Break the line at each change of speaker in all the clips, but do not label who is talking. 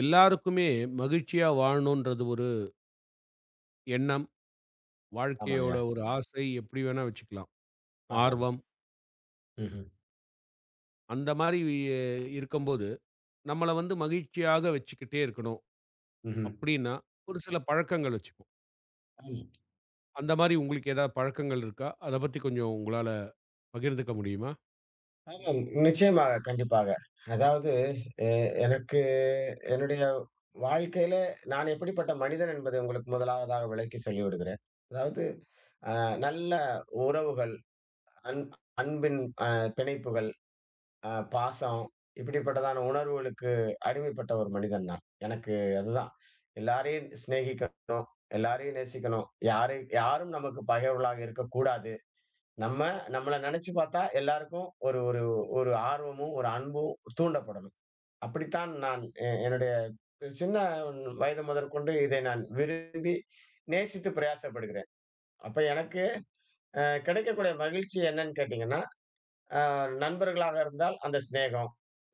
எல்லாருக்குமே மகிழ்ச்சியா வாழணுன்றது ஒரு எண்ணம்.
ஆமாங்க.
வாழ்க்கையோட ஒரு ஆசை எப்படி வேணா வச்சுக்கலாம்.
ஆமாம்.
ஆர்வம்.
ம்ஹ்ம்.
அந்த மாரி இருக்கும்போது, நம்மள வந்து மகிழ்ச்சியாக வச்சுக்கிட்டே இருக்கணும்
ம்ஹ்ம்.
அப்படின்னா, ஒரு சில பழக்கங்கள் வச்சுப்போம்.
ஆமா.
அந்த மாரி உங்களுக்கு ஏதாவது பழக்கங்கள் இருக்கா? அத பத்தி கொஞ்சம் உங்களால பகிர்ந்துக்க முடியுமா?
ஆமாம். நிச்சயமாக, கண்டிப்பாக. அதாவது எ எனக்கு என்னுடைய வாழ்க்கையில நான் எப்படிப்பட்ட மனிதன் என்பதை உங்களுக்கு முதலாவதாக விளக்கி சொல்லிவிடுகிறேன். அதாவது அ நல்ல உறவுகள், அன் அன்பின் அ பிணைப்புகள், பாசம் இப்படிப்பட்டதான உணர்வுகளுக்கு அடிமைப்பட்ட ஒரு மனிதன் நான். எனக்கு அதுதான். எல்லாரையும் சிநேகிக்கணும், எல்லாரையும் நேசிக்கணும். யாரை யாரும் நமக்கு பகைவர்களாக இருக்கக்கூடாது. நம்ம நம்மள நினைச்சு பார்த்தா எல்லாருக்கும் ஒரு ஒரு ஒரு ஆர்வமும், ஒரு அன்பும் தூண்டப்படணும். அப்படித்தான் நான் என்னுடைய சின்ன வயது முதற்கொண்டு இதை நான் விரும்பி, நேசித்து பிரயாசப்படுகிறேன். அப்ப எனக்கு அ கிடைக்கக்கூடிய மகிழ்ச்சி என்னன்னு கேட்டீங்கன்னா, அ நண்பர்களாக இருந்தால் அந்த சிநேகம்,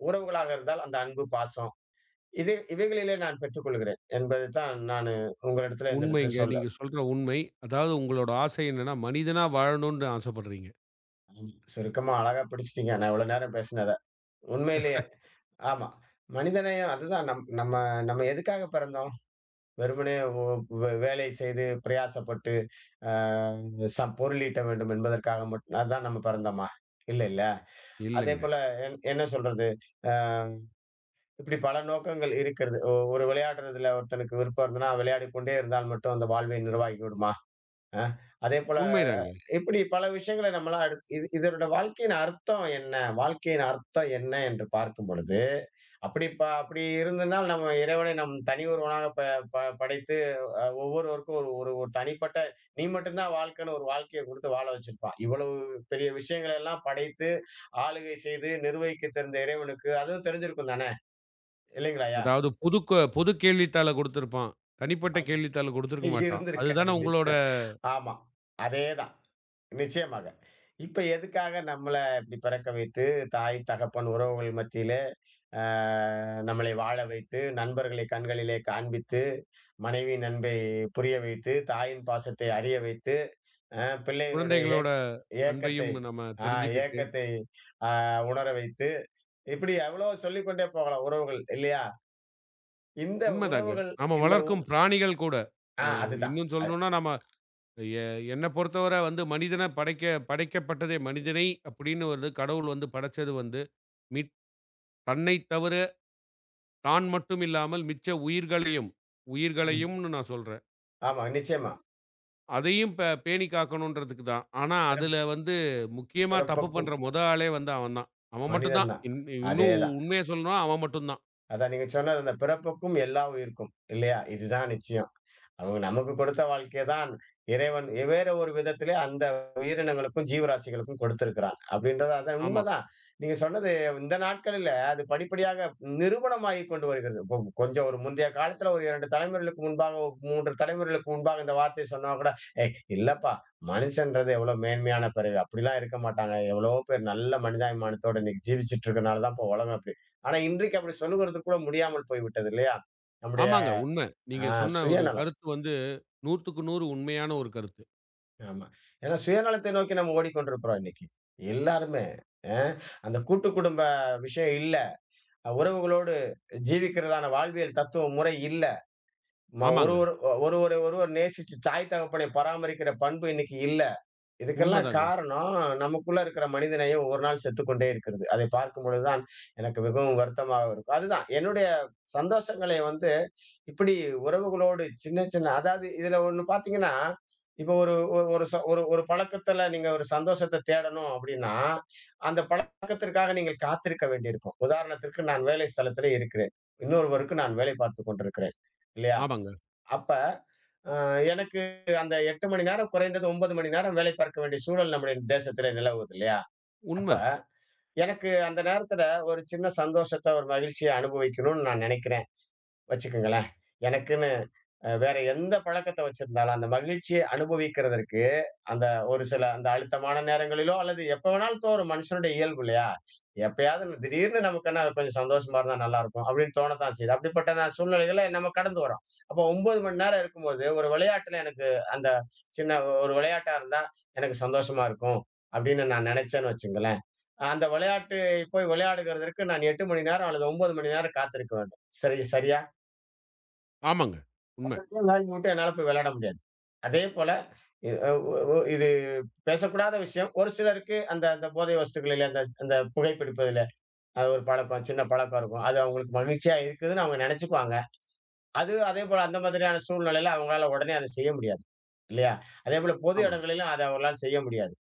உறவுகளாக இருந்தால் அந்த அன்பு, பாசம். இது இவைகளிலே நான் பெற்றுக்கொள்கிறேன் என்பது தான் நானு உங்களிடத்துல இந்த இடத்துல
உண்மைங்க.
சொல்ல
நீங்க சொல்ற உண்மை. அதாவது உங்களோட ஆசை என்னன்னா, மனிதனா வாழணும்னு ஆசைப்படுறீங்க.
சுருக்கமா அழகா பிடிச்சுட்டீங்க நான் இவ்வளவு நேரம் பேசினத. உண்மையிலேயே. ஆமா. மனிதநேயம் அதுதான். நம்ம நம்ம எதுக்காக பிறந்தோம்? வெறுமனே ஒ வேலை செய்து பிரயாசப்பட்டு, அ சம் பொருளீட்ட வேண்டும் என்பதற்காக மட்டும் அதான் நம்ம பிறந்தோமா? இல்ல, இல்ல.
இல்லங்க.
அதேபோல என்ன சொல்றது? அ இப்படி பல நோக்கங்கள் இருக்கிறது. ஒரு விளையாடுறதுல ஒருத்தனுக்கு விருப்பம் இருந்ததுனா, விளையாடிக் கொண்டே இருந்தால் மட்டும் அந்த வாழ்வை நிர்வாகி விடுமா? அ அதேபோல
உண்மைதாங்க.
இப்படி பல விஷயங்களை நம்மலாம் இது இதனுடைய வாழ்க்கையின் அர்த்தம் என்ன? வாழ்க்கையின் அர்த்தம் என்ன என்று பார்க்கும் பொழுது, அப்படி இருந்தனால் நம்ம இறைவனை நம் தனி ஒருவனாக ப ப படைத்து ஒவ்வொருவருக்கும் ஒரு ஒரு ஒரு தனிப்பட்ட நீ மட்டும் தான் வாழ்க்கைன்னு ஒரு வாழ்க்கைய குடுத்து வாழ வச்சிருப்பான். இவ்வளவு பெரிய விஷயங்களை எல்லாம் படைத்து, ஆளுகை செய்து நிர்வகிக்க தெரிந்த இறைவனுக்கு அதுவும் தெரிஞ்சிருக்கும் தானே! இல்லைங்களாய்யா?
அதாவது பொதுக்க பொது கேள்வித்தாள குடுத்திருப்பான். தனிப்பட்ட
அது
கேள்வித்தாள குடுத்திருக்க மாட்டான்.
இருந்திருக்காது
அதுதானே உங்களோட
நிச்சயம். ஆமா. அதேதான். நிச்சயமாக. இப்ப எதுக்காக நம்மள இப்படி பிறக்க வைத்து, தாய், தகப்பன், உறவுகள் மத்தியிலே அ நம்மளை வாழ வைத்து, நண்பர்களை கண்களிலே காண்பித்து, மனைவி நண்பை புரிய வைத்து, தாயின் பாசத்தை அறிய வைத்து, பிள்ளையினுடைய
குழந்தைகளோட
ஏக்கத்தை
அன்பையும் நம்ம
ஆ
தெரிஞ்சுக்கிட்டு
ஏக்கத்தை அ உணர வைத்து, இப்படி எவ்வளவோ சொல்லிக்கொண்டே போகலாம் உறவுகள் இல்லையா? இந்த
உண்மைதாங்க.
உறவுகள்
நாம
இந்த உ
வளர்க்கும் பிராணிகள் கூட.
ஆ
நான்
அதுதான்.
இன்னும்
அது
சொல்லணும்னா, நம்ம எ என்ன பொறுத்தவரை வந்து மனிதன படைக்கப்பட்டதே மனிதனை அப்படின்னு வந்து கடவுள் வந்து படைச்சது வந்து, மித் தன்னைத் தவிர தான் மட்டும் இல்லாமல் மிச்ச உயிர்களையும்,
ம்.
உயிர்களையும்னு நான் சொல்றேன்.
ஆமா, நிச்சயமா.
அதையும் பேணி காக்கணுன்றதுக்கு தான். ஆனா,
பிறப்
அதுல வந்து முக்கியமா தப்பு
பிறப்புக்கும்
பண்ற மொத ஆளே வந்து அவன் தான். அவன் மட்டும்
மனிதன்
தான்.
தான்.
இன்னும்
அதேதான்.
உண்மைய சொல்லணும்னா அவன் மட்டும் தான்.
அதான் நீங்க சொன்னது அந்த பிறப்புக்கும் எல்லா உயிர்க்கும் இல்லையா? இதுதான் நிச்சயம். அவங்க நமக்கு கொடுத்த வாழ்க்கைய தான் இறைவன் வேற ஒரு விதத்திலே அந்த உயிரினங்களுக்கும், ஜீவராசிகளுக்கும் கொடுத்திருக்கிறான். அப்படின்றது அதான்
ஆமா.
உண்மதான். நீங்க சொன்னது இந்த நாட்களில அது படிப்படியாக நிரூபணமாகிக் கொண்டு வருகிறது. கொஞ்சம் ஒரு முந்தைய காலத்துல ஒரு 2 தலைமுறைகளுக்கு முன்பாக, 3 தலைமுறைகளுக்கு முன்பாக இந்த வார்த்தைய சொன்னா கூட, "ஏய் இல்லப்பா மனுஷன்றது எவ்வளோ மேன்மையான பிறவி. அப்படிலாம் இருக்க மாட்டாங்க. எவ்வளவோ பேர் நல்ல மனிதாபிமானத்தோட இன்னைக்கு ஜீவிச்சுட்டு இருக்கனால தான் இப்ப உலகம் அப்படி." ஆனா இன்றைக்கு அப்படி சொல்லுகிறது கூட முடியாமல் போய்விட்டது இல்லையா? நம்முடைய
ஆமாங்க. உண்ம.
அ
நீங்க சொன்ன ஒரு
சுயநலம்.
கருத்து வந்து 100க்கு 100 உண்மையான ஒரு கருத்து.
ஆமா. ஏன்னா சுயநலத்தை நோக்கி நம்ம ஓடிக்கொண்டிருக்கிறோம் இன்னைக்கு. எல்லாருமே. அ அந்த கூட்டு குடும்ப விஷயம் இல்ல. உறவுகளோடு ஜீவிக்கிறதான வாழ்வியல் தத்துவ முறை இல்ல.
ஆமாங்க.
ஒருவர் ஒருவரை ஒருவர் நேசிச்சு தாய் தகப்பனை பராமரிக்கிற பண்பு இன்னைக்கு இல்ல. இதுக்கெல்லாம்
உண்மதாங்க.
காரணம், நமக்குள்ள இருக்கிற மனிதநேயம் ஒவ்வொரு நாள் செத்துக்கொண்டே இருக்கிறது. அதை பார்க்கும்பொழுது தான் எனக்கு மிகவும் வருத்தமாக இருக்கும். அதுதான் என்னுடைய சந்தோஷங்களை வந்து இப்படி உறவுகளோடு சின்ன சின்ன அதாவது இதுல ஒண்ணு பார்த்தீங்கன்னா, இப்போ ஒரு ஒரு ஒரு ஒரு ஒரு பழக்கத்துல நீங்க ஒரு சந்தோஷத்த தேடணும் அப்படின்னா, அந்த பழக்கத்திற்காக நீங்கள் காத்திருக்க வேண்டியிருக்கும். உதாரணத்திற்கு நான் வேலை ஸ்தலத்திலே இருக்கிறேன். இன்னொருவருக்கு நான் வேலை பார்த்துக் கொண்டிருக்கிறேன். இல்லையா?
ஆமாங்க.
அப்ப அ எனக்கு அந்த 8 மணி நேரம் குறைந்தது 9 மணி நேரம் வேலை பார்க்க வேண்டிய சூழல் நம்முடைய தேசத்திலே நிலவுது இல்லையா? அப்ப
உண்ம.
எனக்கு அந்த நேரத்தில ஒரு சின்ன சந்தோஷத்த, ஒரு மகிழ்ச்சிய அனுபவிக்கணும்னு நான் நினைக்கிறேன், வச்சுக்கங்களேன். எனக்குன்னு வேற எந்த பழக்கத்த வச்சிருந்தாலும், அந்த மகிழ்ச்சிய அனுபவிக்கிறதற்கு அந்த ஒரு சில அந்த அழுத்தமான நேரங்களிலோ, அல்லது எப்ப வேணாலும் தோணும். மனுஷனுடைய இயல்பு இல்லையா? எப்பயாவது நம்ம திடீர்னு நமக்கு என்ன கொஞ்சம் சந்தோஷமா இருந்தா நல்லா இருக்கும். அப்படின்னு தோணத்தான் செய்யுது. அப்படிப்பட்ட சூழ்நிலைகள நம்ம கடந்து வர்றோம். அப்போ 9 மணி நேரம் இருக்கும்போது, ஒரு விளையாட்டுல எனக்கு அந்த சின்ன ஒரு விளையாட்டா இருந்தா, எனக்கு சந்தோஷமா இருக்கும். அப்படின்னு நான் நினைச்சேன்னு வச்சுங்களேன். அந்த விளையாட்டு போய் விளையாடுகிறதற்கு நான் 8 மணி நேரம் அல்லது 9 மணி நேரம் காத்திருக்க வேண்டும். சரி சரியா?
ஆமாங்க.
அதை
உண்ம.
போய் விளையாடி விட்டு என்னால போய் விளையாட முடியாது. அதே போல இ அ ஒ ஒ இது பேசக்கூடாத விஷயம். ஒரு சிலருக்கு அந்த அந்த போதை வஸ்துகளில அந்த அந்த புகைப்பிடிப்பதில அது ஒரு பழக்கம், சின்ன பழக்கம் இருக்கும். அது அவங்களுக்கு மகிழ்ச்சியா இருக்குதுன்னு அவங்க நெனச்சுக்குவாங்க. அது அதேபோல அந்த மாதிரியான சூழ்நிலையில அவங்களால உடனே அத செய்ய முடியாது. இல்லையா? அதேபோல பொது
ஆமாங்க.
இடங்களிலும் அத அவங்களால செய்ய முடியாது.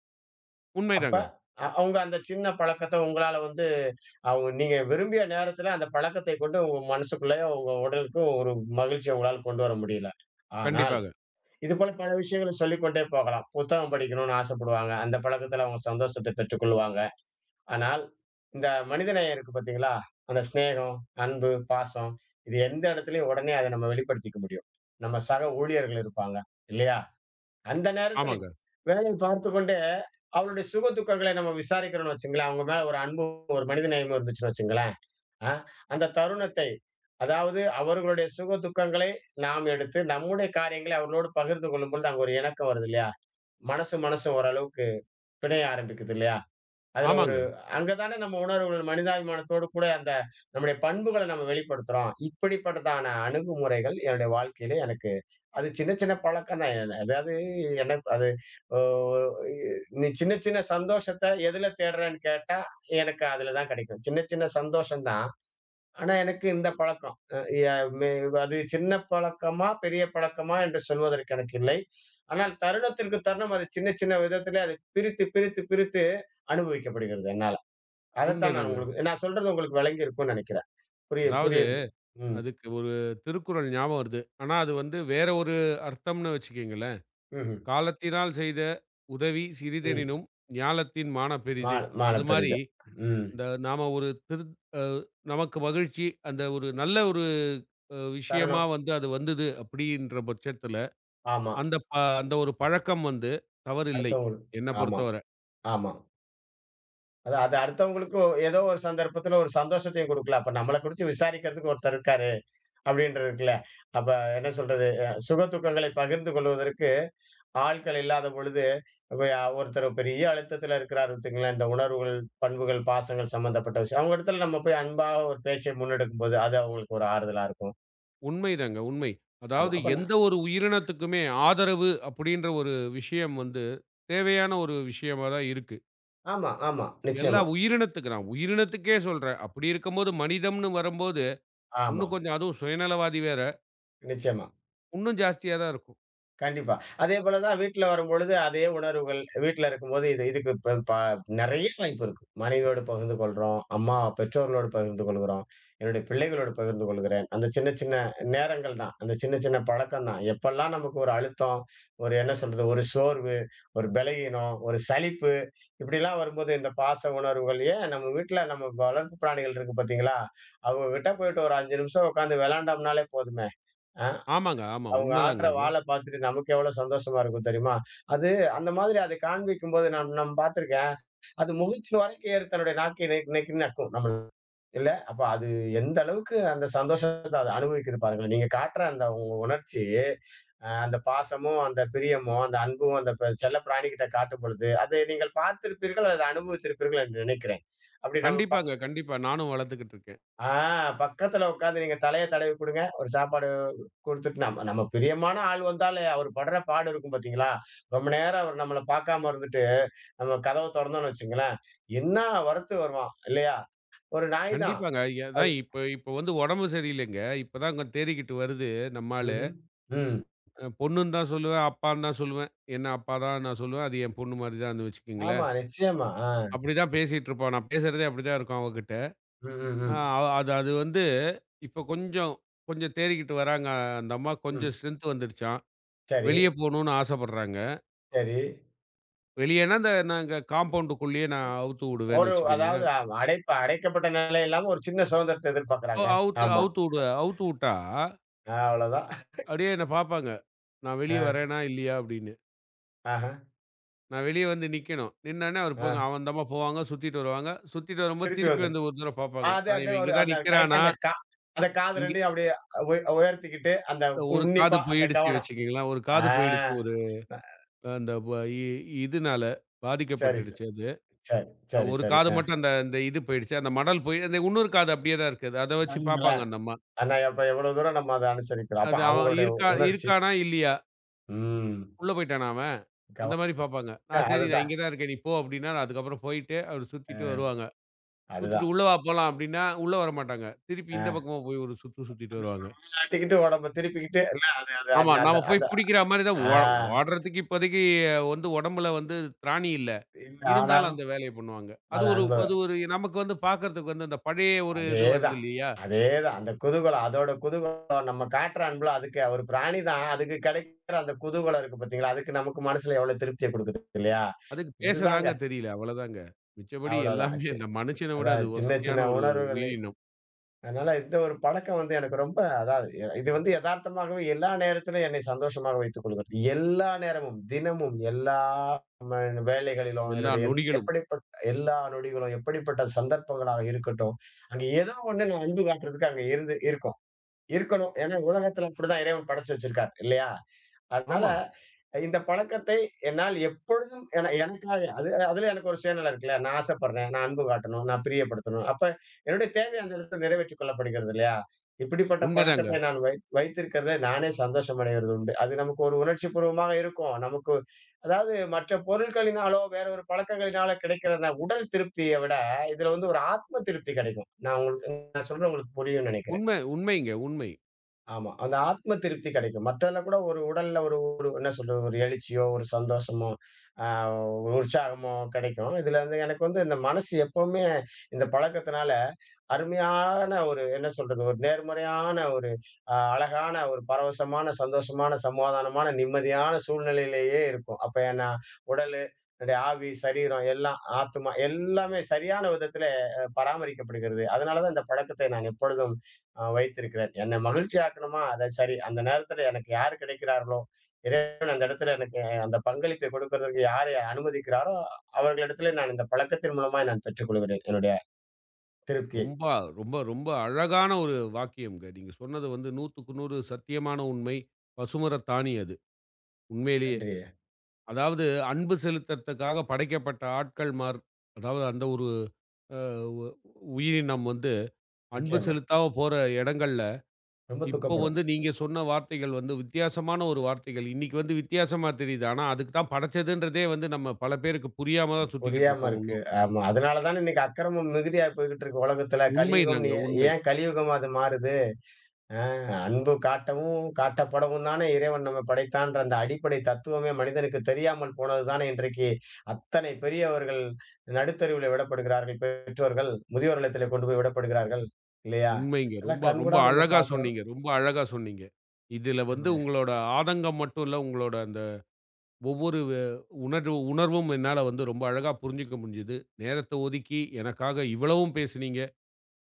அப்ப
உண்மைதாங்க.
அவங்க அந்த சின்ன பழக்கத்த உங்களால வந்து அவங்க நீங்க விரும்பிய நேரத்தில அந்த பழக்கத்தை கொண்டு உங்க மனசுக்குள்ளேயோ, உங்க உடலுக்கும் ஒரு மகிழ்ச்சிய உங்களால கொண்டு வர முடியல. ஆனால்
கண்டிப்பாக.
இது போல பல விஷயங்கள சொல்லிக்கொண்டே போகலாம். புத்தகம் படிக்கணும்னு ஆசைப்படுவாங்க. அந்த பழக்கத்துல அவங்க சந்தோஷத்தை பெற்றுக்கொள்வாங்க. ஆனால், இந்த மனிதநேயம் இருக்கு பார்த்தீங்களா? அந்த சிநேகம், அன்பு, பாசம் இது எந்த இடத்துலயும் உடனே அத நம்ம வெளிப்படுத்திக்க முடியும். நம்ம சக ஊழியர்கள் இருப்பாங்க, இல்லையா? அந்த நேரத்துல
ஆமாங்க.
வேலை பார்த்துக்கொண்டே அவளுடைய சுக, துக்கங்களை நம்ம விசாரிக்கிறோம்னு வச்சுக்கங்களேன், அவங்க மேல ஒரு அன்பும், ஒரு மனிதநேயமும் இருந்துச்சுன்னு வச்சுக்கங்களேன் அ அந்த தருணத்தை, அதாவது அவர்களுடைய சுக துக்கங்களை நாம் எடுத்து, நம்முடைய காரியங்களை அவர்களோடு பகிர்ந்து கொள்ளும் பொழுது, அங்க ஒரு இணக்கம் வருது இல்லையா? மனசு மனசு ஓரளவுக்கு பிணைய ஆரம்பிக்குது இல்லையா? அதுல ஒரு
ஆமாங்க.
அங்க தானே நம்ம உணர்வுகள் மனிதாபிமானத்தோடு கூட அந்த நம்முடைய பண்புகள நம்ம வெளிப்படுத்துறோம். இப்படிப்பட்டதான அணுகுமுறைகள் என்னுடைய வாழ்க்கையில எனக்கு அது சின்ன சின்ன பழக்கம் தான். என அதாவது எனக்கு அது ஓ இ நீ சின்ன சின்ன சந்தோஷத்த எதுல தேடுறேன்னு கேட்டா, எனக்கு அதுல தான் கிடைக்கும். சின்ன சின்ன சந்தோஷம் தான். ஆனா, எனக்கு இந்த பழக்கம். அ ய மே அது சின்ன பழக்கமா, பெரிய பழக்கமா என்று சொல்வதற்கு எனக்கு இல்லை. ஆனால் தருணத்திற்கு தருணம் அது சின்ன சின்ன விதத்திலே அது பிரித்து, பிரித்து, பிரித்து அனுபவிக்கப்படுகிறது என்னால. அதத்தான் நான்
உண்மைதாங்க.
உங்களுக்கு நான் சொல்றது உங்களுக்கு விளங்கியிருக்கும்னு நினைக்கிறேன். புரிய
அதாவது
புரியுது. ம்.
அதுக்கு ஒரு திருக்குறள் ஞாபகம் வருது. ஆனா அது வந்து வேற ஒரு அர்த்தம்னு வச்சுக்கங்களேன்.
ம்ஹ்ம்.
"காலத்தினால் செய்த உதவி
ம்.
சிறிதெனினும் ஞாலத்தின் மாணப் பெரிது."
மால மாலை
அது மாரி
பெரியது. ம்.
இந்த நாம ஒரு திரு அ நமக்கு மகிழ்ச்சி, அந்த ஒரு நல்ல ஒரு விஷயமா
தருணம்.
வந்து அது வந்தது அப்படின்ற பட்சத்தில,
ஆமா.
அந்த ப அந்த ஒரு பழக்கம் வந்து தவறில்லை.
அடுத்தவங்களுக்கு
என்ன
ஆமா,
பொறுத்தவர.
ஆமா. அது அது அடுத்தவங்களுக்கு ஏதோ ஒரு சந்தர்ப்பத்தில ஒரு சந்தோஷத்தையும் குடுக்கலாம். அப்ப நம்மள குறிச்சு விசாரிக்கிறதுக்கு ஒருத்தர் இருக்காரு. அப்டின்றது இருக்குல்ல. அப்ப என்ன சொல்றது? சுக துக்கங்களை பகிர்ந்து கொள்வதற்கு ஆட்கள் இல்லாத பொழுது, இப்ப ஒருத்தர் பெரிய அழுத்தத்தில இருக்கிறார் வச்சுக்கங்களேன், இந்த உணர்வுகள், பண்புகள், பாசங்கள் சம்மந்தப்பட்ட விஷயம். அவங்க இடத்துல நம்ம போய் அன்பா ஒரு பேச்சை முன்னெடுக்கும்போது, அது அவங்களுக்கு ஒரு ஆறுதலா இருக்கும்.
உண்மைதாங்க, உண்மை.
ஆமா.
அதாவது
அப்ப நான்
எந்த ஒரு உயிரினத்துக்குமே ஆதரவு அப்படின்ற ஒரு விஷயம் வந்து தேவையான ஒரு விஷயமா தான் இருக்கு.
ஆமா, ஆமா.
எல்லா
நிச்சயமா.
உயிரினத்துக்கு நான் உயிரினத்துக்கே சொல்றேன். அப்படி இருக்கும்போது மனிதம்ன்னு வரும்போது,
ஆமா.
இன்னும் கொஞ்சம் அதுவும் சுயநலவாதி வேற,
நிச்சயமா.
இன்னும் ஜாஸ்தியா தான் இருக்கும்.
கண்டிப்பா. அதே போல தான் வீட்ல வரும்பொழுது அதே உணர்வுகள். வீட்ல இருக்கும்போது இது இதுக்கு இப்ப ப நெறைய வாய்ப்பு இருக்கு. மனைவியோடு பகிர்ந்து கொள்றோம். அம்மா, பெற்றோர்களோடு பகிர்ந்து கொள்கிறோம். என்னுடைய பிள்ளைகளோடு பகிர்ந்து கொள்கிறேன். அந்த சின்ன சின்ன நேரங்கள் தான். அந்த சின்ன சின்ன பழக்கம் தான். எப்பல்லாம் நமக்கு ஒரு அழுத்தம், ஒரு என்ன சொல்றது? ஒரு சோர்வு, ஒரு பலகீனம், ஒரு சலிப்பு இப்படிலாம் வரும்போது இந்த பாச உணர்வுகள் ஏன் நம்ம வீட்ல நம்ம வளர்ப்பு பிராணிகள் இருக்கு பார்த்தீங்களா? அவங்க கிட்ட போயிட்டு ஒரு 5 நிமிஷம் உட்காந்து விளையாண்டோம்னாலே போதுமே! ஆ.
ஆமாங்க, ஆமா.
அவங்க ஆட்ற
உண்மைதாங்க அது.
வாள பாத்துட்டு நமக்கு எவ்வளவு சந்தோஷமா இருக்கும் தெரியுமா? அது அந்த மாதிரி அத காண்பிக்கும்போது நான் நான் பாத்துருக்கேன். அது முகத்தின் வரைக்கும் ஏறி தன்னுடைய நாக்கை நெக்கின்னு நக்கும் நம்மள இல்ல? அப்ப அது எந்த அளவுக்கு அந்த சந்தோஷத்த அது அனுபவிக்குது பாருங்களேன். நீங்க காட்டுற அந்த உங்க உணர்ச்சி, அந்த பாசமும், அந்த பிரியமும், அந்த அன்பும் அந்த ப செல்ல பிராணிகிட்ட காட்டும் பொழுது, அதை நீங்கள் பார்த்திருப்பீர்கள், அதை அனுபவித்திருப்பீர்கள் என்று நினைக்கிறேன். அப்படி நம்ம
கண்டிப்பாங்க, கண்டிப்பா. நானும் வளர்த்துக்கிட்டு இருக்கேன்.
ஆ பக்கத்துல உட்காந்து நீங்க தலைய தடவி குடுங்க. ஒரு சாப்பாடு குடுத்துட்டு நம்ம நம்ம பிரியமான ஆள் வந்தாலே அவரு படுற பாடு இருக்கும் பார்த்தீங்களா? ரொம்ப நேரம் அவரு நம்மள பார்க்காம இருந்துட்டு, நம்ம கதவ தொறந்தோம்ன்னு வச்சுக்கங்களேன், என்ன வறுத்து வருவான் இல்லையா? ஒரு நாய் தான்.
கண்டிப்பாங்க.
அது
அதான் இப்ப இப்ப வந்து உடம்பு சரியில்லைங்க. இப்பதாங்க தேறிக்கிட்டு வருது நம்ம ஆளு.
ம்ஹ்ம். ம்.
பொண்ணுன்னு தான் சொல்லுவேன், அப்பான்னு தான் சொல்லுவேன். என்ன அப்பா தான் நான் சொல்லுவேன். அது என் பொண்ணு மாரி தான்னு
ஆமா,
வச்சுக்கங்களேன்.
நிச்சயமா. ஆ.
அப்படிதான் பேசிட்டு இருப்போம். நான் பேசுறதே அப்படிதான் இருக்கும் அவகிட்ட.
ம், ம்,
அ
ம்.
அது அது வந்து இப்ப கொஞ்சம் கொஞ்சம் தேறிக்கிட்டு வராங்க. அந்த அம்மாக்கு கொஞ்சம்
ம்.
ஸ்ட்ரென்த் வந்துருச்சாம்.
சரி,
வெளிய போணும்னு ஆசைப்படுறாங்க.
சரி.
வெளியன்னா இந்த நாங்க காம்பவுண்டுக்குள்ளேயே நான் அவுத்து விடுவேன்னு
ஒரு அதாவது
வச்சுக்கங்களேன்.
அடைக்கப்பட்ட நிலை இல்லாம ஒரு சின்ன சுதந்திரத்த எதிர்பார்க்கறாங்க.
அவுத்து
ஆமா.
அவுத்து விடு அவுத்து விட்டா,
அவ்வளவுதான்.
அப்படியே என்ன பார்ப்பாங்க. நான் வெளிய
அ,
வரேனா, இல்லையா அப்படின்னு.
ஆஹ,
நான் வெளிய வந்து நிக்கணும். நின்னோனே அவரு
ஆ.
போங்க அவன் அந்தம்மா போவாங்க, சுத்திட்டு வருவாங்க. சுத்திட்டு வரும்போது
திருப்பி
திருப்பி
வந்து
வந்து ஒரு தடவ பாப்பாங்க.
அது
ஆ
அது
இவன்
ஒரு
இங்க தான்
அந்த கரெக்ட்டா
நிக்கிறானா?
அந்த காது
இங்க
2யும் அப்படியே உயர்த்திக்கிட்டு, அந்த
ஒரு காது
உன்னிப்பா அந்த
போயிடுச்சு
கவனம்.
வச்சுக்கங்களேன். ஒரு
ஆ
காது போயிடுச்சு. ஒரு அந்த வ இ இதுனால
சரி,
பாதிக்கப்பட்டுடுச்சு அது.
சரி, சரி,
ஒரு
சரி, சரி.
காது மட்டும் அந்த அந்த இது போயிடுச்சு. அந்த மடல் போய் அந்த இன்னொரு காது அப்படியே தான் இருக்குது. அத வச்சு பாப்பாங்க
பாருங்களேன்,
அந்த அம்மா.
ஆனா அப்ப எவ்வளோ தூரம் நம்ம அத அனுசரிக்கிறோம். அப்ப
அது அவன்
அவங்களுடைய
இருக்கா
உணர்ச்சி.
இருக்கானா? இல்லையா?
ம்.
உள்ள போய்ட்டானா அவன்?
கவ
அந்த மாரி பாப்பாங்க. நான் சரி நான்
அதுதான்.
இங்க தான் இருக்கேன். நீ போ அப்படின்னா, நான் அதுக்கப்புறம் போயிட்டு அவரு சுத்திட்டு
அ
வருவாங்க. சுத்திட்டு
அதுதான்.
"உள்ள வா போலாம்" அப்படின்னா, உள்ள வரமாட்டாங்க. திருப்பி இந்த
அ
பக்கமா போய் ஒரு சுத்து சுத்திட்டு
அது ஒரு
வருவாங்க.
வாய ஆட்டிக்கிட்டு, உடம்ப திருப்பிக்கிட்டு, இல்ல அது அது
ஆமா.
அந்த அந்த
நாம
அந்த
போய் புடிக்கிற மாரி தான்
ஆ
ஓடுறதுக்கு இப்போதைக்கு வந்து உடம்புல வந்து திராணி இல்ல.
இல்ல
இருந்தாலும்
ஆனாலும்
அந்த வேலைய பண்ணுவாங்க. அது
அத
ஒரு
அன்ப
அது ஒரு நமக்கு வந்து பார்க்கறதுக்கு வந்து அந்த பழைய ஒரு இது வருது
அதேதான்.
இல்லையா?
அதேதான். அந்த குதூகலம். அதோட குதூகலம் நம்ம காட்டுற அன்புல அதுக்கு ஒரு பிராணி தான். அதுக்கு கிடைக்கிற அந்த குதூகலம் இருக்கு பார்த்தீங்களா? அதுக்கு நமக்கு மனசுல எவ்வளவு திருப்திய குடுக்குது இல்லையா?
அதுக்கு பேச
இதுதாங்க.
தாங்க தெரியல. அவ்வளோதாங்க. மிச்சபடி
அவ்வளோதான்.
எல்லாமே இந்த மனுஷன விட அது
அதான் சின்ன சின்ன
வசதியான ஒரு
உணர்வுகள்.
உயிரினம்.
அதனால இந்த ஒரு பழக்கம் வந்து எனக்கு ரொம்ப அதாவது இது வந்து எதார்த்தமாகவே எல்லா நேரத்திலும் என்னை சந்தோஷமாக வைத்துக் கொள்கிறது. எல்லா நேரமும், தினமும், எல்லா ம வேலைகளிலும்
எல்லா
என்னுடைய
நொடிகளும்.
எப்படிப்பட்ட எல்லா நொடிகளும், எப்படிப்பட்ட சந்தர்ப்பங்களாக இருக்கட்டும், அங்க ஏதோ ஒண்ணு நான் அன்பு காட்டுறதுக்கு அங்க இருந்து இருக்கும். இருக்கணும். ஏன்னா உலகத்துல இப்படிதான் இறைவன் படைச்சு வச்சிருக்கார் இல்லையா? அதனால
ஆமா.
இந்த பழக்கத்தை என்னால் எப்பொழுதும் எனக்காக அது அதுல எனக்கு ஒரு சுயநலம் இருக்குல்ல. நான் ஆசைப்படுறேன், நான் அன்பு காட்டணும், நான் பிரியப்படுத்தணும். அப்ப என்னுடைய தேவை அந்த இடத்துல நிறைவேற்றிக் கொள்ளப்படுகிறது இல்லையா? இப்படிப்பட்ட பழக்கத்தை
உண்மதாங்க.
நான் வைத்திருக்கிறதை நானே சந்தோஷம் அடைவது உண்டு. அது நமக்கு ஒரு உணர்ச்சிபூர்வமாக இருக்கும். நமக்கு அதாவது மற்ற பொருட்களினாலோ, வேற ஒரு பழக்கங்களினாலோ கிடைக்கிற அந்த உடல் திருப்திய விட, இதுல வந்து ஒரு ஆத்ம திருப்தி கிடைக்கும். நான் உங்களுக்கு சொல்றது உங்களுக்கு புரியும்னு நினைக்கிறேன்.
உண்மை உண்மைங்க. உண்மை.
ஆமா. அந்த ஆத்ம திருப்தி கிடைக்கும். மத்ததுல கூட ஒரு உடல்ல ஒரு ஒரு என்ன சொல்றது? ஒரு எழுச்சியோ, ஒரு சந்தோஷமோ, அ ஒரு உற்சாகமோ கிடைக்கும். இதுல வந்து எனக்கு வந்து இந்த மனசு எப்பவுமே இந்த பழக்கத்தினால அருமையான ஒரு என்ன சொல்றது? ஒரு நேர்மறையான ஒரு அழகான ஒரு பரவசமான, சந்தோஷமான, சமாதானமான, நிம்மதியான சூழ்நிலையிலேயே இருக்கும். அப்ப ஏன்னா உடலு, என்னுடைய ஆவி, சரீரம் எல்லாம் ஆத்துமா எல்லாமே சரியான விதத்தில பராமரிக்கப்படுகிறது. அதனால தான் இந்த பழக்கத்தை நான் எப்பொழுதும் வைத்திருக்கிறேன். என்னை மகிழ்ச்சி ஆக்கணுமா? அது சரி. அந்த நேரத்தில எனக்கு யாரு கிடைக்கிறார்களோ, இறைவன் அந்த இடத்துல எனக்கு அந்த பங்களிப்பை கொடுக்கிறதற்கு யாரை அனுமதிக்கிறாரோ, அவர்களிடத்திலே நான் இந்த பழக்கத்தின் மூலமாய் நான் பெற்றுக்கொள்கிறேன் என்னுடைய திருப்தியை.
ரொம்ப ரொம்ப ரொம்ப அழகான ஒரு வாக்கியம்ங்க. நீங்க சொன்னது வந்து 100க்கு 100 சத்தியமான உண்மை. பசுமரத்தாணி அது. உண்மையிலேயே.
நன்றி.
அதாவது அன்பு செலுத்தற்துக்காக படைக்கப்பட்ட ஆட்கள் மார் அதாவது அந்த ஒரு அ உ உயிரினம் வந்து அன்பு
நிச்சயமா.
செலுத்தாம போற இடங்கள்ல,
ரொம்ப
இப்போ
துக்கப்படும்.
வந்து நீங்க சொன்ன வார்த்தைகள் வந்து வித்தியாசமான ஒரு வார்த்தைகள். இன்னைக்கு வந்து வித்தியாசமா தெரியுது. ஆனா அதுக்கு தான் படைச்சதுன்றதே வந்து நம்ம பல பேருக்கு புரியாம தான் சுத்திக்கிட்டு
புரியாம
இருக்கோம்
இருக்கு.
இன்னும்.
ஆமா. அதனால தான இன்னைக்கு அக்கிரமம் மிகுதியா போய்க்கிட்டு இருக்கு உலகத்துல. கலியுகம்னு
உண்மைதாங்க
ஏன்
உண்மை.
ஏன் கலியுகமா அது மாறுது? ஆ அன்பு காட்டவும், காட்டப்படவும் தானே இறைவன் நம்மை படைத்தான்ற அந்த அடிப்படை தத்துவமே மனிதனுக்கு தெரியாமல் போனது தானே இன்றைக்கு அத்தனை பெரியவர்கள் நடுத்தெருவிலே விடப்படுகிறார்கள். பெற்றோர்கள் முதியோர் இல்லத்திலே கொண்டு போய் விடப்படுகிறார்கள். இல்லையா?
உண்மைங்க.
இதெல்லாம்
ரொம்ப ரொம்ப
கண்கூடா நம்ம
அழகா
பார்க்கிறோம்.
சொன்னீங்க. ரொம்ப அழகா சொன்னீங்க. இதில வந்து உங்களோட ஆதங்கம் மட்டும் இல்ல, உங்களோட அந்த ஒவ்வொரு உணர்வு உணர்வும் என்னால வந்து ரொம்ப அழகா புரிஞ்சுக்க முடிஞ்சது. நேரத்த ஒதுக்கி எனக்காக இவ்வளவும் பேசினீங்க.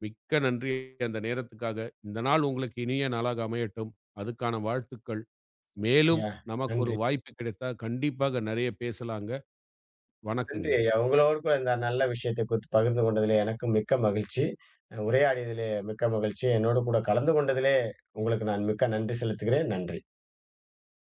மிக்க நன்றி அந்த நேரத்துக்காக. இந்த நாள் உங்களுக்கு இனிய நாளாக அமையட்டும். அதுக்கான வாழ்த்துக்கள். மேலும்
ஆமாய்யா.
நமக்கு ஒரு
நன்றி.
வாய்ப்பு கிடைத்தா, கண்டிப்பாக நெறைய பேசலாங்க.
நன்றி
வணக்கங்க.
ஐயா. உங்களோடு கூட இந்த நல்ல விஷயத்தை குறித்து பகிர்ந்து கொண்டதிலே எனக்கும் மிக்க மகிழ்ச்சி. உரையாடியதிலே மிக்க மகிழ்ச்சி. என்னோடு கூட கலந்து கொண்டதிலே உங்களுக்கு நான் மிக்க நன்றி செலுத்துகிறேன். நன்றி.